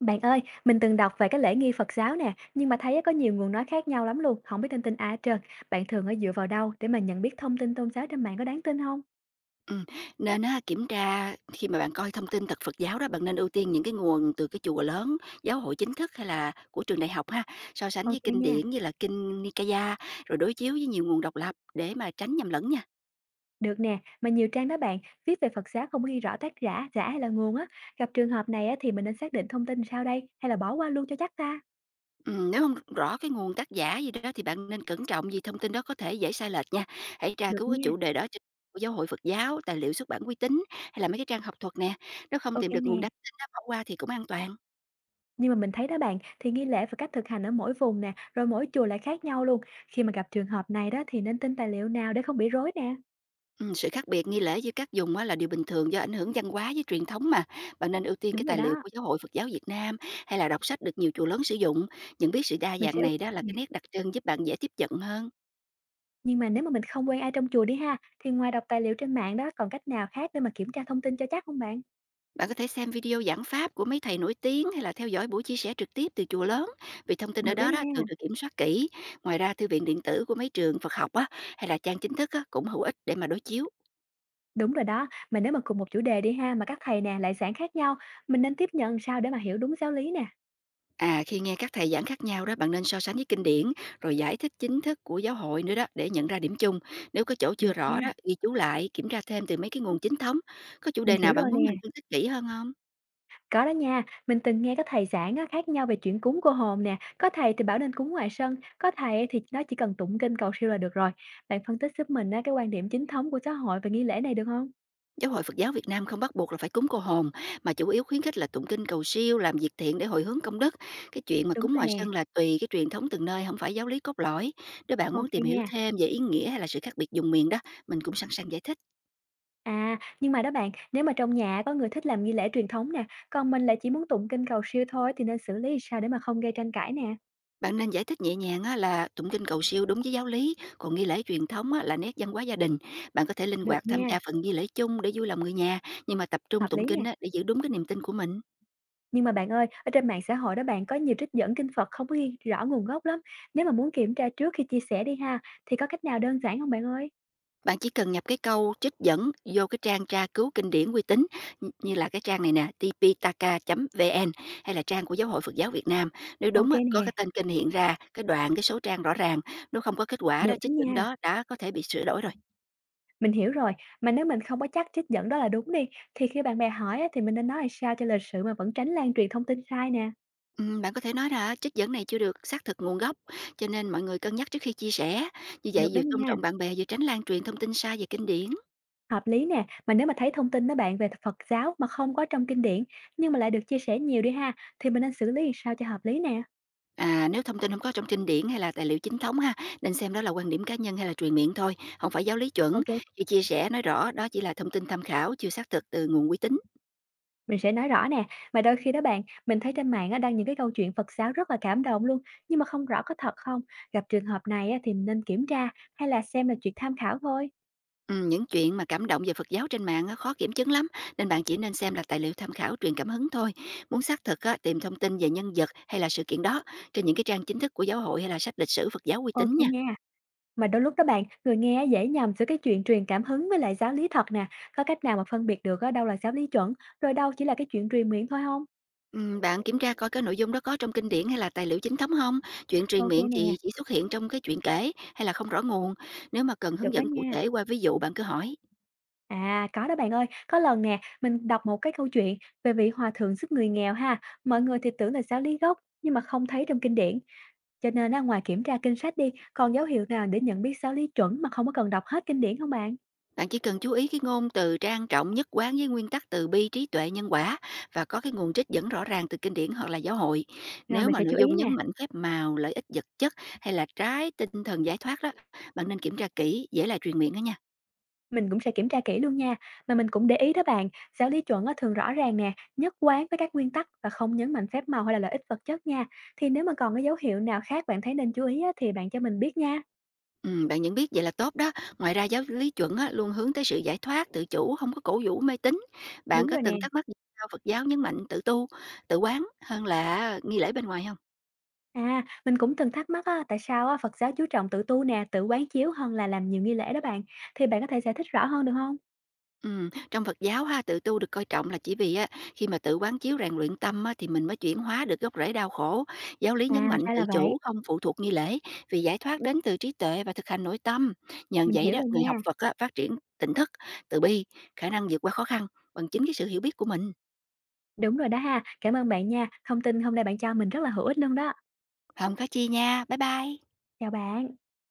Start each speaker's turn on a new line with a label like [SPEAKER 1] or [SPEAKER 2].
[SPEAKER 1] Bạn ơi, mình từng đọc về cái lễ nghi Phật giáo nè, nhưng mà thấy á, có nhiều nguồn nói khác nhau lắm luôn, không biết tin tin ai hết trơn. Bạn thường ở dựa vào đâu để mà nhận biết thông tin tôn giáo trên mạng có đáng tin không?
[SPEAKER 2] Ừm, nên á kiểm tra khi mà bạn coi thông tin tật Phật giáo đó, bạn nên ưu tiên những cái nguồn từ cái chùa lớn, giáo hội chính thức hay là của trường đại học ha, so sánh với
[SPEAKER 1] Ok
[SPEAKER 2] kinh
[SPEAKER 1] nha,
[SPEAKER 2] điển như là kinh Nikaya, rồi đối chiếu với nhiều nguồn độc lập để mà tránh nhầm lẫn nha.
[SPEAKER 1] được nè, mà nhiều trang đó bạn, viết về Phật giáo không ghi rõ tác giả, hay là nguồn á. Gặp trường hợp này á, thì mình nên xác định thông tin sao đây, hay là bỏ qua luôn cho chắc ta?
[SPEAKER 2] Nếu không rõ cái nguồn tác giả gì đó thì bạn nên cẩn trọng vì thông tin đó có thể dễ sai lệch nha. Hãy tra
[SPEAKER 1] Được
[SPEAKER 2] cứu cái
[SPEAKER 1] nha,
[SPEAKER 2] chủ đề đó trên của giáo hội Phật giáo, tài liệu xuất bản uy tín hay là mấy cái trang học thuật nè, nếu không
[SPEAKER 1] ok
[SPEAKER 2] tìm được
[SPEAKER 1] nè.
[SPEAKER 2] nguồn đáng tin á, bỏ qua thì cũng an toàn.
[SPEAKER 1] Nhưng mà mình thấy đó bạn, thì nghi lễ và cách thực hành ở mỗi vùng nè, rồi mỗi chùa lại khác nhau luôn. Khi mà gặp trường hợp này đó thì nên tin tài liệu nào để không bị rối nè.
[SPEAKER 2] Sự khác biệt nghi lễ giữa các vùng á là điều bình thường do ảnh hưởng văn hóa với truyền thống mà. Bạn nên ưu tiên
[SPEAKER 1] Đúng
[SPEAKER 2] cái
[SPEAKER 1] rồi
[SPEAKER 2] tài liệu
[SPEAKER 1] đó,
[SPEAKER 2] của Giáo hội Phật giáo Việt Nam hay là đọc sách được nhiều chùa lớn sử dụng. Nhận biết sự đa
[SPEAKER 1] mình
[SPEAKER 2] dạng
[SPEAKER 1] sẽ.
[SPEAKER 2] này đó là cái nét đặc trưng giúp bạn dễ tiếp cận hơn.
[SPEAKER 1] Nhưng mà nếu mà mình không quen ai trong chùa đi ha, thì ngoài đọc tài liệu trên mạng đó còn cách nào khác để mà kiểm tra thông tin cho chắc không bạn?
[SPEAKER 2] Bạn có thể xem video giảng pháp của mấy thầy nổi tiếng hay là theo dõi buổi chia sẻ trực tiếp từ chùa lớn vì thông tin ở
[SPEAKER 1] Được đó
[SPEAKER 2] đó đó thường
[SPEAKER 1] nha.
[SPEAKER 2] được kiểm soát kỹ. Ngoài ra thư viện điện tử của mấy trường Phật học á hay là trang chính thức á cũng hữu ích để mà đối chiếu.
[SPEAKER 1] Đúng rồi đó, mà nếu mà cùng một chủ đề đi ha, mà các thầy nè lại giảng khác nhau, mình nên tiếp nhận sao để mà hiểu đúng giáo lý nè?
[SPEAKER 2] À, khi nghe các thầy giảng khác nhau đó, bạn nên so sánh với kinh điển, rồi giải thích chính thức của giáo hội nữa đó để nhận ra điểm chung. Nếu có chỗ chưa
[SPEAKER 1] Được nha,
[SPEAKER 2] rõ đó, ghi chú lại, kiểm tra thêm từ mấy cái nguồn chính thống. Có chủ
[SPEAKER 1] mình
[SPEAKER 2] đề nào
[SPEAKER 1] hiểu rồi
[SPEAKER 2] bạn muốn mình
[SPEAKER 1] nè.
[SPEAKER 2] phân tích kỹ hơn không?
[SPEAKER 1] Có đó nha, mình từng nghe các thầy giảng á, khác nhau về chuyện cúng cô hồn nè, có thầy thì bảo nên cúng ngoài sân, có thầy thì nó chỉ cần tụng kinh cầu siêu là được rồi. Bạn phân tích giúp mình á, cái quan điểm chính thống của xã hội về nghi lễ này được không?
[SPEAKER 2] Giáo hội Phật giáo Việt Nam không bắt buộc là phải cúng cô hồn, mà chủ yếu khuyến khích là tụng kinh cầu siêu, làm việc thiện để hồi hướng công đức. Cái chuyện mà
[SPEAKER 1] Đúng
[SPEAKER 2] cúng
[SPEAKER 1] rồi
[SPEAKER 2] ngoài
[SPEAKER 1] nè,
[SPEAKER 2] sân là tùy cái truyền thống từng nơi, không phải giáo lý cốt lõi. Nếu bạn muốn
[SPEAKER 1] ok
[SPEAKER 2] tìm hiểu
[SPEAKER 1] nha.
[SPEAKER 2] thêm về ý nghĩa hay là sự khác biệt dùng miền đó, mình cũng sẵn sàng giải thích.
[SPEAKER 1] À, nhưng mà đó bạn, nếu mà trong nhà có người thích làm nghi lễ truyền thống nè, còn mình lại chỉ muốn tụng kinh cầu siêu thôi thì nên xử lý sao để mà không gây tranh cãi nè?
[SPEAKER 2] Bạn nên giải thích nhẹ nhàng á, là tụng kinh cầu siêu đúng với giáo lý, còn nghi lễ truyền thống á, là nét văn hóa gia đình. Bạn có thể linh
[SPEAKER 1] Được
[SPEAKER 2] hoạt tham
[SPEAKER 1] nha,
[SPEAKER 2] gia phần nghi lễ chung để vui lòng người nhà, nhưng mà tập
[SPEAKER 1] hợp
[SPEAKER 2] trung tụng
[SPEAKER 1] lý nè.
[SPEAKER 2] kinh á, để giữ đúng cái niềm tin của mình.
[SPEAKER 1] Nhưng mà bạn ơi, ở trên mạng xã hội đó bạn có nhiều trích dẫn kinh Phật không có ghi rõ nguồn gốc lắm. Nếu mà muốn kiểm tra trước khi chia sẻ đi ha, thì có cách nào đơn giản không bạn ơi?
[SPEAKER 2] Bạn chỉ cần nhập cái câu trích dẫn vô cái trang tra cứu kinh điển uy tín như là cái trang này nè, tptaka.vn hay là trang của Giáo hội Phật giáo Việt Nam. Nếu
[SPEAKER 1] Ok
[SPEAKER 2] đúng á, có
[SPEAKER 1] nè,
[SPEAKER 2] cái tên kinh hiện ra, cái đoạn, cái số trang rõ ràng, nếu không có kết quả đó,
[SPEAKER 1] được đó
[SPEAKER 2] trích dẫn
[SPEAKER 1] nha.
[SPEAKER 2] đó đã có thể bị sửa đổi rồi.
[SPEAKER 1] Mình hiểu rồi, mà nếu mình không có chắc trích dẫn đó là đúng đi, thì khi bạn bè hỏi á, thì mình nên nói làm sao cho lịch sự mà vẫn tránh lan truyền thông tin sai nè.
[SPEAKER 2] Bạn có thể nói là trích dẫn này chưa được xác thực nguồn gốc, cho nên mọi người cân nhắc trước khi chia sẻ. Như vậy
[SPEAKER 1] Được đó
[SPEAKER 2] vừa tôn
[SPEAKER 1] nha.
[SPEAKER 2] trọng bạn bè vừa tránh lan truyền thông tin sai về kinh điển.
[SPEAKER 1] Hợp lý nè, mà nếu mà thấy thông tin đó bạn về Phật giáo mà không có trong kinh điển nhưng mà lại được chia sẻ nhiều đi ha, thì mình nên xử lý làm sao cho hợp lý nè?
[SPEAKER 2] À, nếu thông tin không có trong kinh điển hay là tài liệu chính thống ha, nên xem đó là quan điểm cá nhân hay là truyền miệng thôi, không phải giáo lý chuẩn.
[SPEAKER 1] Ok.
[SPEAKER 2] Khi chia sẻ nói rõ đó chỉ là thông tin tham khảo chưa xác thực từ nguồn uy tín.
[SPEAKER 1] Mình sẽ nói rõ nè, mà đôi khi đó bạn, mình thấy trên mạng á, đăng những cái câu chuyện Phật giáo rất là cảm động luôn, nhưng mà không rõ có thật không. Gặp trường hợp này á, thì mình nên kiểm tra hay là xem là chuyện tham khảo thôi.
[SPEAKER 2] Những chuyện mà cảm động về Phật giáo trên mạng á, khó kiểm chứng lắm, nên bạn chỉ nên xem là tài liệu tham khảo truyền cảm hứng thôi. Muốn xác thực á, tìm thông tin về nhân vật hay là sự kiện đó trên những cái trang chính thức của giáo hội hay là sách lịch sử Phật giáo uy
[SPEAKER 1] Ok
[SPEAKER 2] tín nha.
[SPEAKER 1] nha. Mà đôi lúc đó bạn, người nghe á, dễ nhầm giữa cái chuyện truyền cảm hứng với lại giáo lý thật nè. Có cách nào mà phân biệt được á, đâu là giáo lý chuẩn, rồi đâu chỉ là cái chuyện truyền miệng thôi không?
[SPEAKER 2] Bạn kiểm tra coi cái nội dung đó có trong kinh điển hay là tài liệu chính thống không? Chuyện truyền
[SPEAKER 1] Ok
[SPEAKER 2] miệng
[SPEAKER 1] nè,
[SPEAKER 2] thì chỉ xuất hiện trong cái chuyện kể hay là không rõ nguồn? Nếu mà cần
[SPEAKER 1] được
[SPEAKER 2] hướng
[SPEAKER 1] đó
[SPEAKER 2] dẫn cụ
[SPEAKER 1] nha.
[SPEAKER 2] thể qua ví dụ bạn cứ hỏi.
[SPEAKER 1] À, có đó bạn ơi. Có lần nè, mình đọc một cái câu chuyện về vị hòa thượng giúp người nghèo ha. Mọi người thì tưởng là giáo lý gốc nhưng mà không thấy trong kinh điển. Cho nên á, ngoài kiểm tra kinh sách đi, còn dấu hiệu nào để nhận biết giáo lý chuẩn mà không có cần đọc hết kinh điển không bạn?
[SPEAKER 2] Bạn chỉ cần chú ý cái ngôn từ trang trọng, nhất quán với nguyên tắc từ bi, trí tuệ, nhân quả và có cái nguồn trích dẫn rõ ràng từ kinh điển hoặc là giáo hội.
[SPEAKER 1] Rồi
[SPEAKER 2] Nếu
[SPEAKER 1] mình
[SPEAKER 2] mà
[SPEAKER 1] sẽ chú
[SPEAKER 2] nội
[SPEAKER 1] ý
[SPEAKER 2] dung
[SPEAKER 1] nè.
[SPEAKER 2] nhấn mạnh phép màu, lợi ích vật chất hay là trái tinh thần giải thoát đó, bạn nên kiểm tra kỹ, dễ là truyền miệng đó nha.
[SPEAKER 1] Mình cũng sẽ kiểm tra kỹ luôn nha. Mà mình cũng để ý đó bạn, giáo lý chuẩn á, thường rõ ràng nè, nhất quán với các nguyên tắc và không nhấn mạnh phép màu hay là lợi ích vật chất nha. Thì nếu mà còn cái dấu hiệu nào khác bạn thấy nên chú ý á, thì bạn cho mình biết nha.
[SPEAKER 2] Bạn nhận biết vậy là tốt đó. Ngoài ra giáo lý chuẩn á, luôn hướng tới sự giải thoát, tự chủ, không có cổ vũ mê tín. Bạn
[SPEAKER 1] Đúng
[SPEAKER 2] có
[SPEAKER 1] rồi nè.
[SPEAKER 2] từng thắc mắc vì sao Phật giáo nhấn mạnh tự tu, tự quán hơn là nghi lễ bên ngoài không?
[SPEAKER 1] À, mình cũng từng thắc mắc á, tại sao á, Phật giáo chú trọng tự tu nè, tự quán chiếu hơn là làm nhiều nghi lễ đó bạn. Thì bạn có thể giải thích rõ hơn được không?
[SPEAKER 2] Trong Phật giáo ha, tự tu được coi trọng là chỉ vì á, khi mà tự quán chiếu rèn luyện tâm á, thì mình mới chuyển hóa được gốc rễ đau khổ. Giáo lý
[SPEAKER 1] À,
[SPEAKER 2] nhấn mạnh
[SPEAKER 1] ra
[SPEAKER 2] tự
[SPEAKER 1] là vậy.
[SPEAKER 2] chủ không phụ thuộc nghi lễ vì giải thoát đến từ trí tuệ và thực hành nội tâm. Nhờ
[SPEAKER 1] Mình
[SPEAKER 2] vậy
[SPEAKER 1] hiểu
[SPEAKER 2] đó,
[SPEAKER 1] rồi
[SPEAKER 2] người học
[SPEAKER 1] nha.
[SPEAKER 2] Phật á, phát triển tỉnh thức, từ bi, khả năng vượt qua khó khăn bằng chính cái sự hiểu biết của mình.
[SPEAKER 1] Đúng rồi đó ha. Cảm ơn bạn nha. Thông tin hôm nay bạn cho mình rất là hữu ích luôn đó.
[SPEAKER 2] Không có chi nha. Bye bye.
[SPEAKER 1] Chào bạn.